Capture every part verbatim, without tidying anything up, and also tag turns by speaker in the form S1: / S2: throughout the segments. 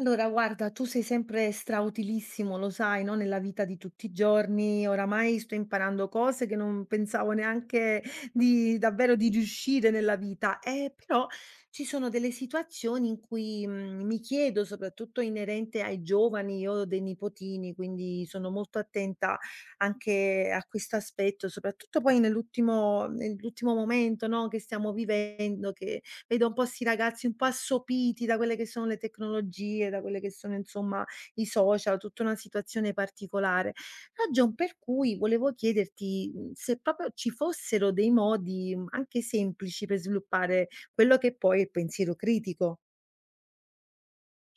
S1: Allora, guarda, tu sei sempre strautilissimo, lo sai, no? Nella vita di tutti i giorni. Oramai sto imparando cose che non pensavo neanche di davvero di riuscire nella vita. Eh, però ci sono delle situazioni in cui mm, mi chiedo, soprattutto inerente ai giovani, io ho dei nipotini, quindi sono molto attenta anche a questo aspetto, soprattutto poi nell'ultimo nell'ultimo momento, no? Che stiamo vivendo, che vedo un po' 'sti ragazzi un po' assopiti da quelle che sono le tecnologie, da quelle che sono insomma i social, tutta una situazione particolare. Ragion per cui volevo chiederti, mhmm, se proprio ci fossero dei modi, mhmm, anche semplici per sviluppare quello che poi è il pensiero critico.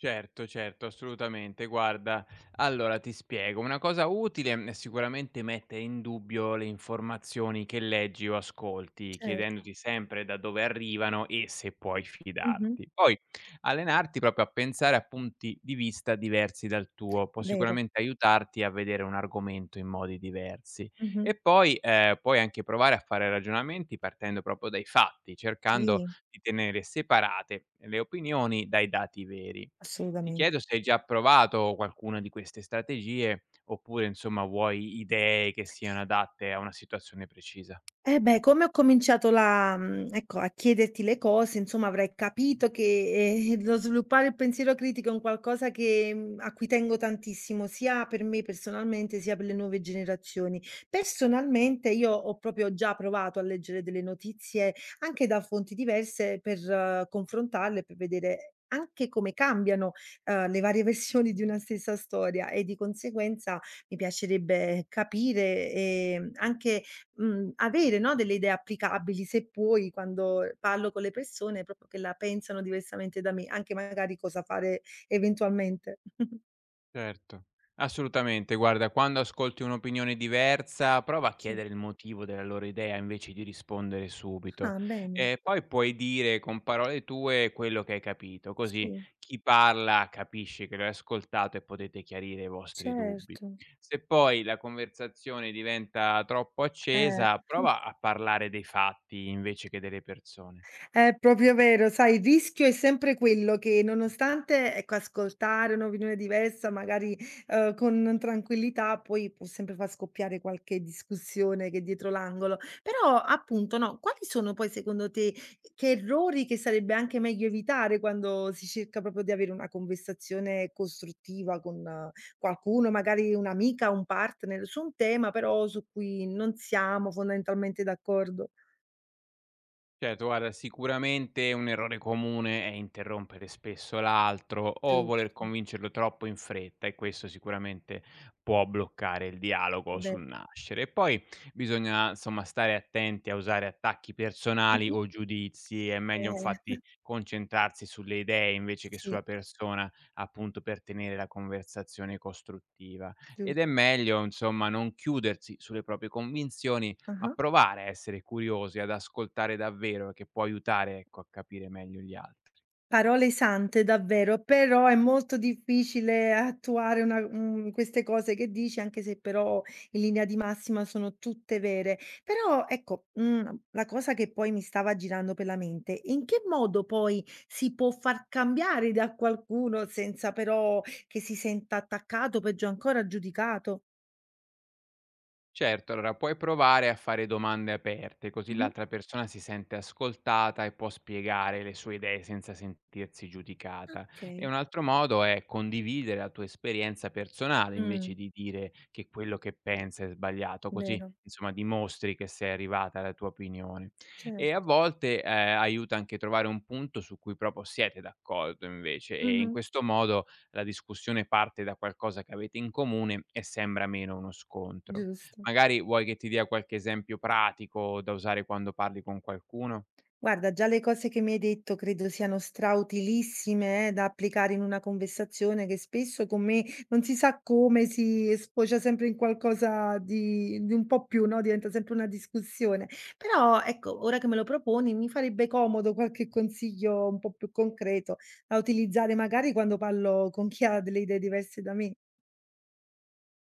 S2: Certo, certo, assolutamente. Guarda, allora ti spiego, una cosa utile è sicuramente mettere in dubbio le informazioni che leggi o ascolti,
S1: Cer
S2: chiedendoti sempre da dove arrivano e se puoi
S1: mh-mh,
S2: fidarti. Poi allenarti proprio a pensare a punti di vista diversi dal tuo, può
S1: vero.
S2: sicuramente aiutarti a vedere un argomento in modi diversi.
S1: Mh-mh.
S2: E poi eh, puoi anche provare a fare ragionamenti partendo proprio dai fatti, cercando
S1: Sì.
S2: di tenere separate le opinioni dai dati veri. Ti
S1: Assolutamente.
S2: chiedo se hai già provato qualcuna di queste strategie, oppure insomma vuoi idee che siano adatte a una situazione precisa.
S1: Eh beh, come ho cominciato la mhmm, ecco, a chiederti le cose, insomma, avrai capito che, ehm, lo sviluppare il pensiero critico è un qualcosa che mhmm, a cui tengo tantissimo, sia per me personalmente, sia per le nuove generazioni. Personalmente io ho proprio già provato a leggere delle notizie, anche da fonti diverse, per eh, confrontarle, per vedere anche come cambiano, uhm, le varie versioni di una stessa storia e di conseguenza mi piacerebbe capire, ehm, anche Mhmm, avere, no, delle idee applicabili, se puoi, quando parlo con le persone, proprio che la pensano diversamente da me, anche magari cosa fare eventualmente.
S2: Certo, assolutamente. Guarda, quando ascolti un'opinione diversa, prova a
S1: Sì.
S2: chiedere il motivo della loro idea invece di rispondere subito.
S1: Ah, bene.
S2: E poi puoi dire con parole tue quello che hai capito, così
S1: Sì,
S2: chi parla capisce che l'hai ascoltato e potete chiarire i vostri dubbi.
S1: certo.
S2: Se poi la conversazione diventa troppo
S1: Eh,
S2: accesa, prova a parlare dei fatti invece che delle persone.
S1: è proprio vero, sai, il rischio è sempre quello che nonostante, ecco, ascoltare un'opinione diversa, magari, uhm, con tranquillità, poi può sempre far scoppiare qualche discussione che è dietro l'angolo. Però appunto, no, quali sono poi secondo te che errori che sarebbe anche meglio evitare quando si cerca proprio di avere una conversazione costruttiva con eh, qualcuno, magari un'amica, un partner, su un tema però su cui non siamo fondamentalmente d'accordo?
S2: Certo, guarda, sicuramente un errore comune è interrompere spesso l'altro o voler
S1: Giusto,
S2: convincerlo troppo in fretta e questo sicuramente può bloccare il dialogo
S1: be
S2: sul nascere. E poi bisogna insomma stare attenti a usare attacchi personali
S1: mh-mh.
S2: o giudizi, è meglio
S1: Eh,
S2: infatti concentrarsi sulle idee invece che
S1: sì,
S2: sulla persona, appunto per tenere la conversazione costruttiva. Ed è
S1: giusto.
S2: meglio insomma non chiudersi sulle proprie convinzioni ma
S1: Ah-ah.
S2: provare a essere curiosi, ad ascoltare davvero, che può aiutare, ecco, a capire meglio gli altri.
S1: Parole sante davvero, però è molto difficile attuare una mhmm, queste cose che dici, anche se però in linea di massima sono tutte vere. Però ecco, mhmm, la cosa che poi mi stava girando per la mente, in che modo poi si può far cambiare idea a qualcuno senza però che si senta attaccato o peggio ancora giudicato?
S2: Certo, allora puoi provare a fare domande aperte, così
S1: Mh-mh.
S2: l'altra persona si sente ascoltata e può spiegare le sue idee senza sentirsi giudicata. E
S1: Okay.
S2: un altro modo è condividere la tua esperienza personale invece
S1: Mh,
S2: di dire che quello che pensa è sbagliato, così
S1: vero,
S2: insomma dimostri che sei arrivata alla tua opinione. E
S1: certo.
S2: a volte eh, aiuta anche trovare un punto su cui proprio siete d'accordo invece e in
S1: Mh-mh.
S2: questo modo la discussione parte da qualcosa che avete in comune e sembra meno uno scontro.
S1: Giusto.
S2: Magari vuoi che ti dia qualche esempio pratico da usare quando parli con qualcuno?
S1: Guarda, già le cose che mi hai detto credo siano strautilissime, eh, da applicare in una conversazione che spesso con me non si sa come si sfocia sempre in qualcosa di, di un po' più, no? Diventa sempre una discussione. Però ecco, ora che me lo proponi, mi farebbe comodo qualche consiglio un po' più concreto da utilizzare magari quando parlo con chi ha delle idee diverse da me.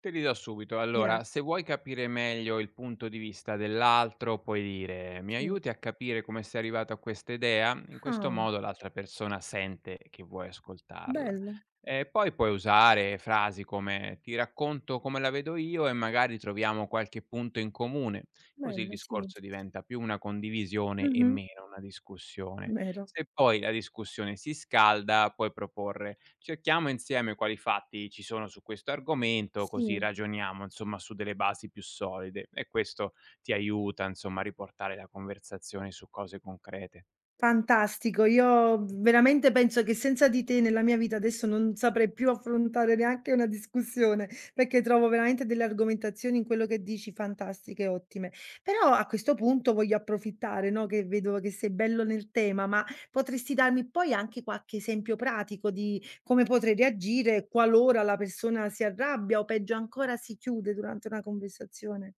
S2: Te li do subito. Allora, se
S1: Grazie.
S2: vuoi capire meglio il punto di vista dell'altro, puoi dire: "Mi
S1: Sì.
S2: aiuti a capire come sei arrivato a questa idea?" In questo
S1: Ah,
S2: modo l'altra persona sente che vuoi ascoltarla.
S1: bello,
S2: E poi puoi usare frasi come: "Ti racconto come la vedo io e magari troviamo qualche punto in comune." Così il
S1: bello, sì.
S2: discorso
S1: Sì.
S2: diventa più una condivisione e
S1: Mhm,
S2: meno una discussione.
S1: vero,
S2: Se poi la discussione si scalda, puoi proporre: Cerchiamo insieme quali fatti ci sono su questo argomento, così
S1: sì.
S2: ragioniamo, insomma, su delle basi più solide e questo ti aiuta, insomma, a riportare la conversazione su cose concrete.
S1: Fantastico, io veramente penso che senza di te nella mia vita adesso non saprei più affrontare neanche una discussione, perché trovo veramente delle argomentazioni in quello che dici fantastiche, ottime. Però a questo punto voglio approfittare, no, che vedo che sei bello nel tema, ma potresti darmi poi anche qualche esempio pratico di come potrei reagire qualora la persona si arrabbia o peggio ancora si chiude durante una conversazione?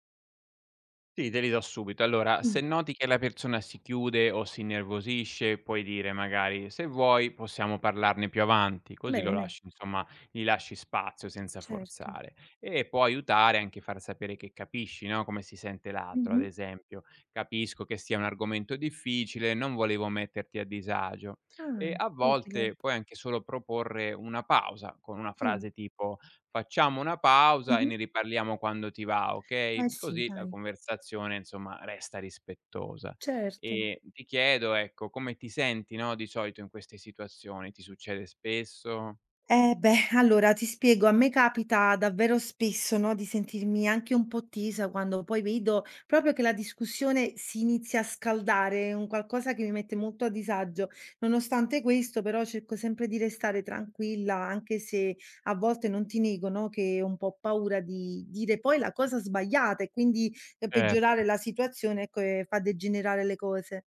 S2: Sì, te li do subito. Allora,
S1: Mh,
S2: se noti che la persona si chiude o si innervosisce, puoi dire magari: "Se vuoi possiamo parlarne più avanti", così lo
S1: bene,
S2: lasci insomma gli lasci spazio senza
S1: certo.
S2: forzare. E può aiutare anche far sapere che capisci, no, come si sente l'altro, ad
S1: Mh-mh.
S2: esempio: "Capisco che sia un argomento difficile, non volevo metterti a disagio".
S1: Ah,
S2: E a
S1: utile.
S2: volte puoi anche solo proporre una pausa con una
S1: Sì.
S2: frase tipo: Facciamo una pausa e
S1: Mh-mh.
S2: ne riparliamo quando ti va,
S1: Eh
S2: okay,
S1: sì,
S2: così la
S1: dai,
S2: conversazione insomma resta rispettosa.
S1: certo.
S2: E ti chiedo, ecco, come ti senti, no, di solito in queste situazioni? Ti succede spesso?
S1: Eh beh, allora ti spiego, a me capita davvero spesso, no, di sentirmi anche un po' tesa quando poi vedo proprio che la discussione si inizia a scaldare, è un qualcosa che mi mette molto a disagio. Nonostante questo, però cerco sempre di restare tranquilla, anche se a volte non ti nego, no, che ho un po' paura di dire poi la cosa sbagliata e quindi, ehm, peggiorare
S2: Certo.
S1: la situazione, ecco, e fa degenerare le cose.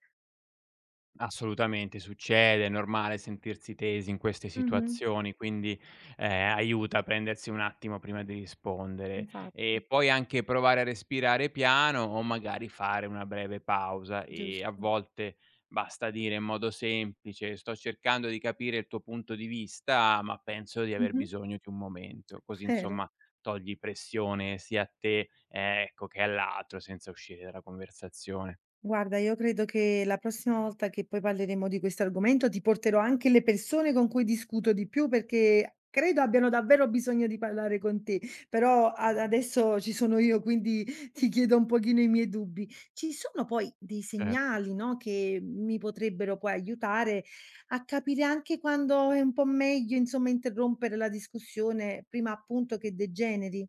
S2: Assolutamente, succede, è normale sentirsi tesi in queste
S1: Mh-mh.
S2: situazioni, quindi, ehm, aiuta a prendersi un attimo prima di rispondere.
S1: Infatti,
S2: E poi anche provare a respirare piano o magari fare una breve pausa e a
S1: giusto.
S2: volte basta dire in modo semplice: "Sto cercando di capire il tuo punto di vista, ma penso di aver
S1: Mh-mh.
S2: bisogno di un momento." Così
S1: Vero.
S2: insomma togli pressione sia a te, ehm, ecco, che all'altro senza uscire dalla conversazione.
S1: Guarda, io credo che la prossima volta che poi parleremo di questo argomento ti porterò anche le persone con cui discuto di più, perché credo abbiano davvero bisogno di parlare con te. Però ad adesso ci sono io, quindi ti chiedo un pochino i miei dubbi. Ci sono poi dei
S2: Cer
S1: segnali, no, che mi potrebbero poi aiutare a capire anche quando è un po' meglio, insomma, interrompere la discussione prima appunto che degeneri?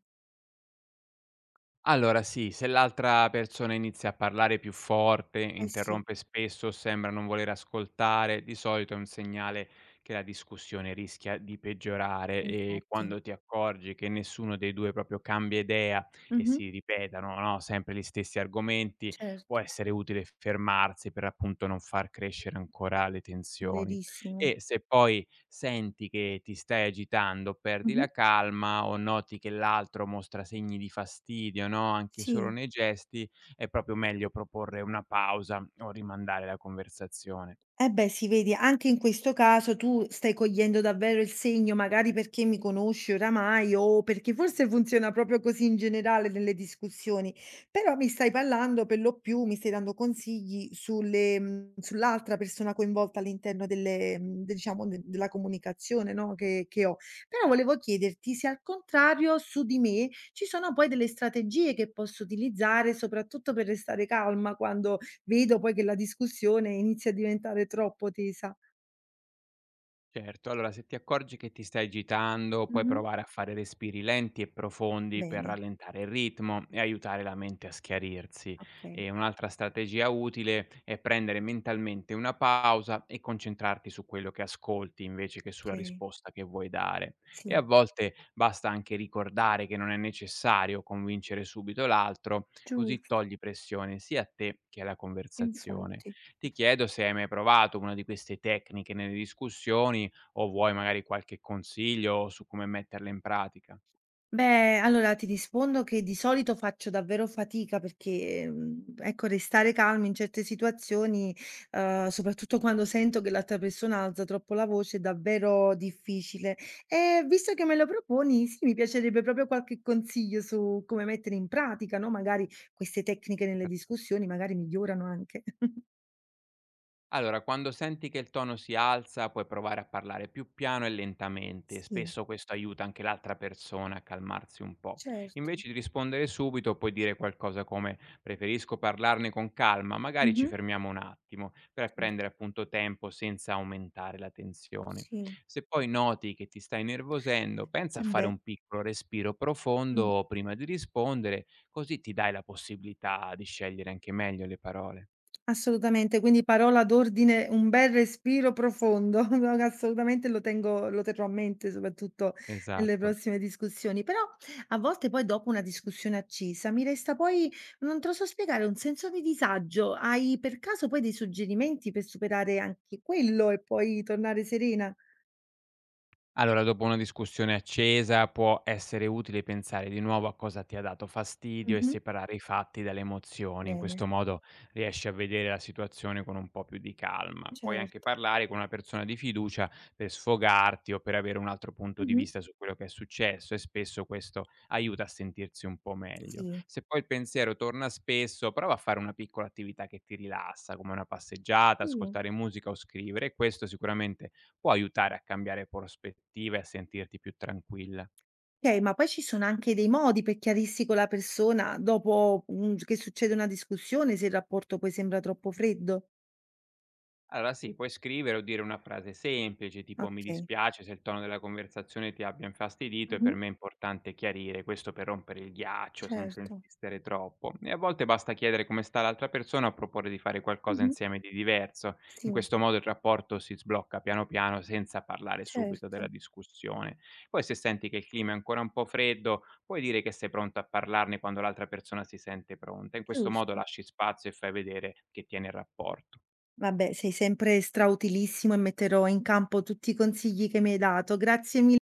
S2: Allora sì, se l'altra persona inizia a parlare più forte,
S1: Eh sì,
S2: interrompe spesso o sembra non voler ascoltare, di solito è un segnale che la discussione rischia di peggiorare e
S1: infatti.
S2: quando ti accorgi che nessuno dei due proprio cambia idea e
S1: Mh-mh.
S2: si ripetano, no, sempre gli stessi argomenti, può
S1: Certo.
S2: essere utile fermarsi per appunto non far crescere ancora le tensioni.
S1: Verissimo.
S2: E se poi senti che ti stai agitando, perdi
S1: Mh-mh.
S2: la calma o noti che l'altro mostra segni di fastidio, no, anche solo
S1: Sì.
S2: nei gesti, è proprio meglio proporre una pausa o rimandare la conversazione.
S1: Eh beh sì, vedi, anche in questo caso tu stai cogliendo davvero il segno, magari perché mi conosci oramai o perché forse funziona proprio così in generale nelle discussioni, però mi stai parlando per lo più mi stai dando consigli sulle mhmm, sull'altra persona coinvolta all'interno delle mhmm, de diciamo de della comunicazione, no, che che ho. Però volevo chiederti se al contrario su di me ci sono poi delle strategie che posso utilizzare, soprattutto per restare calma quando vedo poi che la discussione inizia a diventare troppo tesa.
S2: Certo, allora se ti accorgi che ti stai agitando, puoi
S1: Mh-mh.
S2: provare a fare respiri lenti e profondi per
S1: Bene.
S2: rallentare il ritmo e aiutare la mente a schiarirsi.
S1: Okay,
S2: E un'altra strategia utile è prendere mentalmente una pausa e concentrarti su quello che ascolti invece che sulla
S1: okay.
S2: risposta che vuoi dare. E
S1: Sì,
S2: a volte basta anche ricordare che non è necessario convincere subito l'altro, così
S1: giusto,
S2: togli pressione sia a te che alla conversazione.
S1: infatti.
S2: Ti chiedo se hai mai provato una di queste tecniche nelle discussioni o vuoi magari qualche consiglio su come metterle in pratica.
S1: Beh, allora ti rispondo che di solito faccio davvero fatica perché, mhmm, ecco, restare calmi in certe situazioni, uhm, soprattutto quando sento che l'altra persona alza troppo la voce, è davvero difficile. E visto che me lo proponi, sì, mi piacerebbe proprio qualche consiglio su come mettere in pratica, no, magari queste tecniche nelle
S2: Certo.
S1: discussioni, magari migliorano anche.
S2: Allora, quando senti che il tono si alza, puoi provare a parlare più piano e lentamente.
S1: Sì,
S2: Spesso questo aiuta anche l'altra persona a calmarsi un po'.
S1: certo.
S2: Invece di rispondere subito, puoi dire qualcosa come preferisco parlarne con calma, magari ci
S1: Mh-mh.
S2: fermiamo un attimo per
S1: Certo,
S2: prendere appunto tempo senza aumentare la tensione.
S1: sì.
S2: Se poi noti che ti stai nervosendo, pensa
S1: Eh
S2: a fare
S1: beh,
S2: un piccolo respiro
S1: mh.
S2: profondo prima di rispondere, così ti dai la possibilità di scegliere anche meglio le parole.
S1: Assolutamente, quindi parola d'ordine, un bel respiro profondo, no, assolutamente lo tengo lo terrò a mente soprattutto nelle
S2: Esatto.
S1: prossime discussioni. Però a volte poi dopo una discussione accesa mi resta poi, non te lo so spiegare, un senso di disagio. Hai per caso poi dei suggerimenti per superare anche quello e poi tornare serena?
S2: Allora, dopo una discussione accesa può essere utile pensare di nuovo a cosa ti ha dato fastidio e
S1: Mh-mh.
S2: separare i fatti dalle emozioni. In
S1: Bene.
S2: questo modo riesci a vedere la situazione con un po' più di calma. Puoi anche
S1: Certo.
S2: parlare con una persona di fiducia per sfogarti o per avere un altro punto di
S1: Mh-mh.
S2: vista su quello che è successo e spesso questo aiuta a sentirsi un po' meglio.
S1: Sì.
S2: Se poi il pensiero torna spesso, prova a fare una piccola attività che ti rilassa, come una passeggiata,
S1: Sì.
S2: ascoltare musica o scrivere. Questo sicuramente può aiutare a cambiare prospettiva e a sentirti più tranquilla.
S1: Okay, ma poi ci sono anche dei modi per chiarirsi con la persona dopo, mhmm, che succede una discussione, se il rapporto poi sembra troppo freddo?
S2: Allora sì, puoi scrivere o dire una frase semplice, tipo mi
S1: Okay.
S2: dispiace se il tono della conversazione ti abbia infastidito e per
S1: Mh-mh.
S2: me è importante chiarire questo per rompere il ghiaccio senza
S1: Certo.
S2: insistere troppo. E a volte basta chiedere come sta l'altra persona o proporre di fare qualcosa
S1: Mh-mh.
S2: insieme di diverso. In
S1: Sì,
S2: questo modo il rapporto si sblocca piano piano senza parlare subito della
S1: certo,
S2: discussione. Poi se senti che il clima è ancora un po' freddo, puoi dire che sei pronto a parlarne quando l'altra persona si sente pronta. In questo modo
S1: giusto.
S2: lasci spazio e fai vedere che tieni il rapporto.
S1: Vabbè, sei sempre strautilissimo e metterò in campo tutti i consigli che mi hai dato. Grazie mille.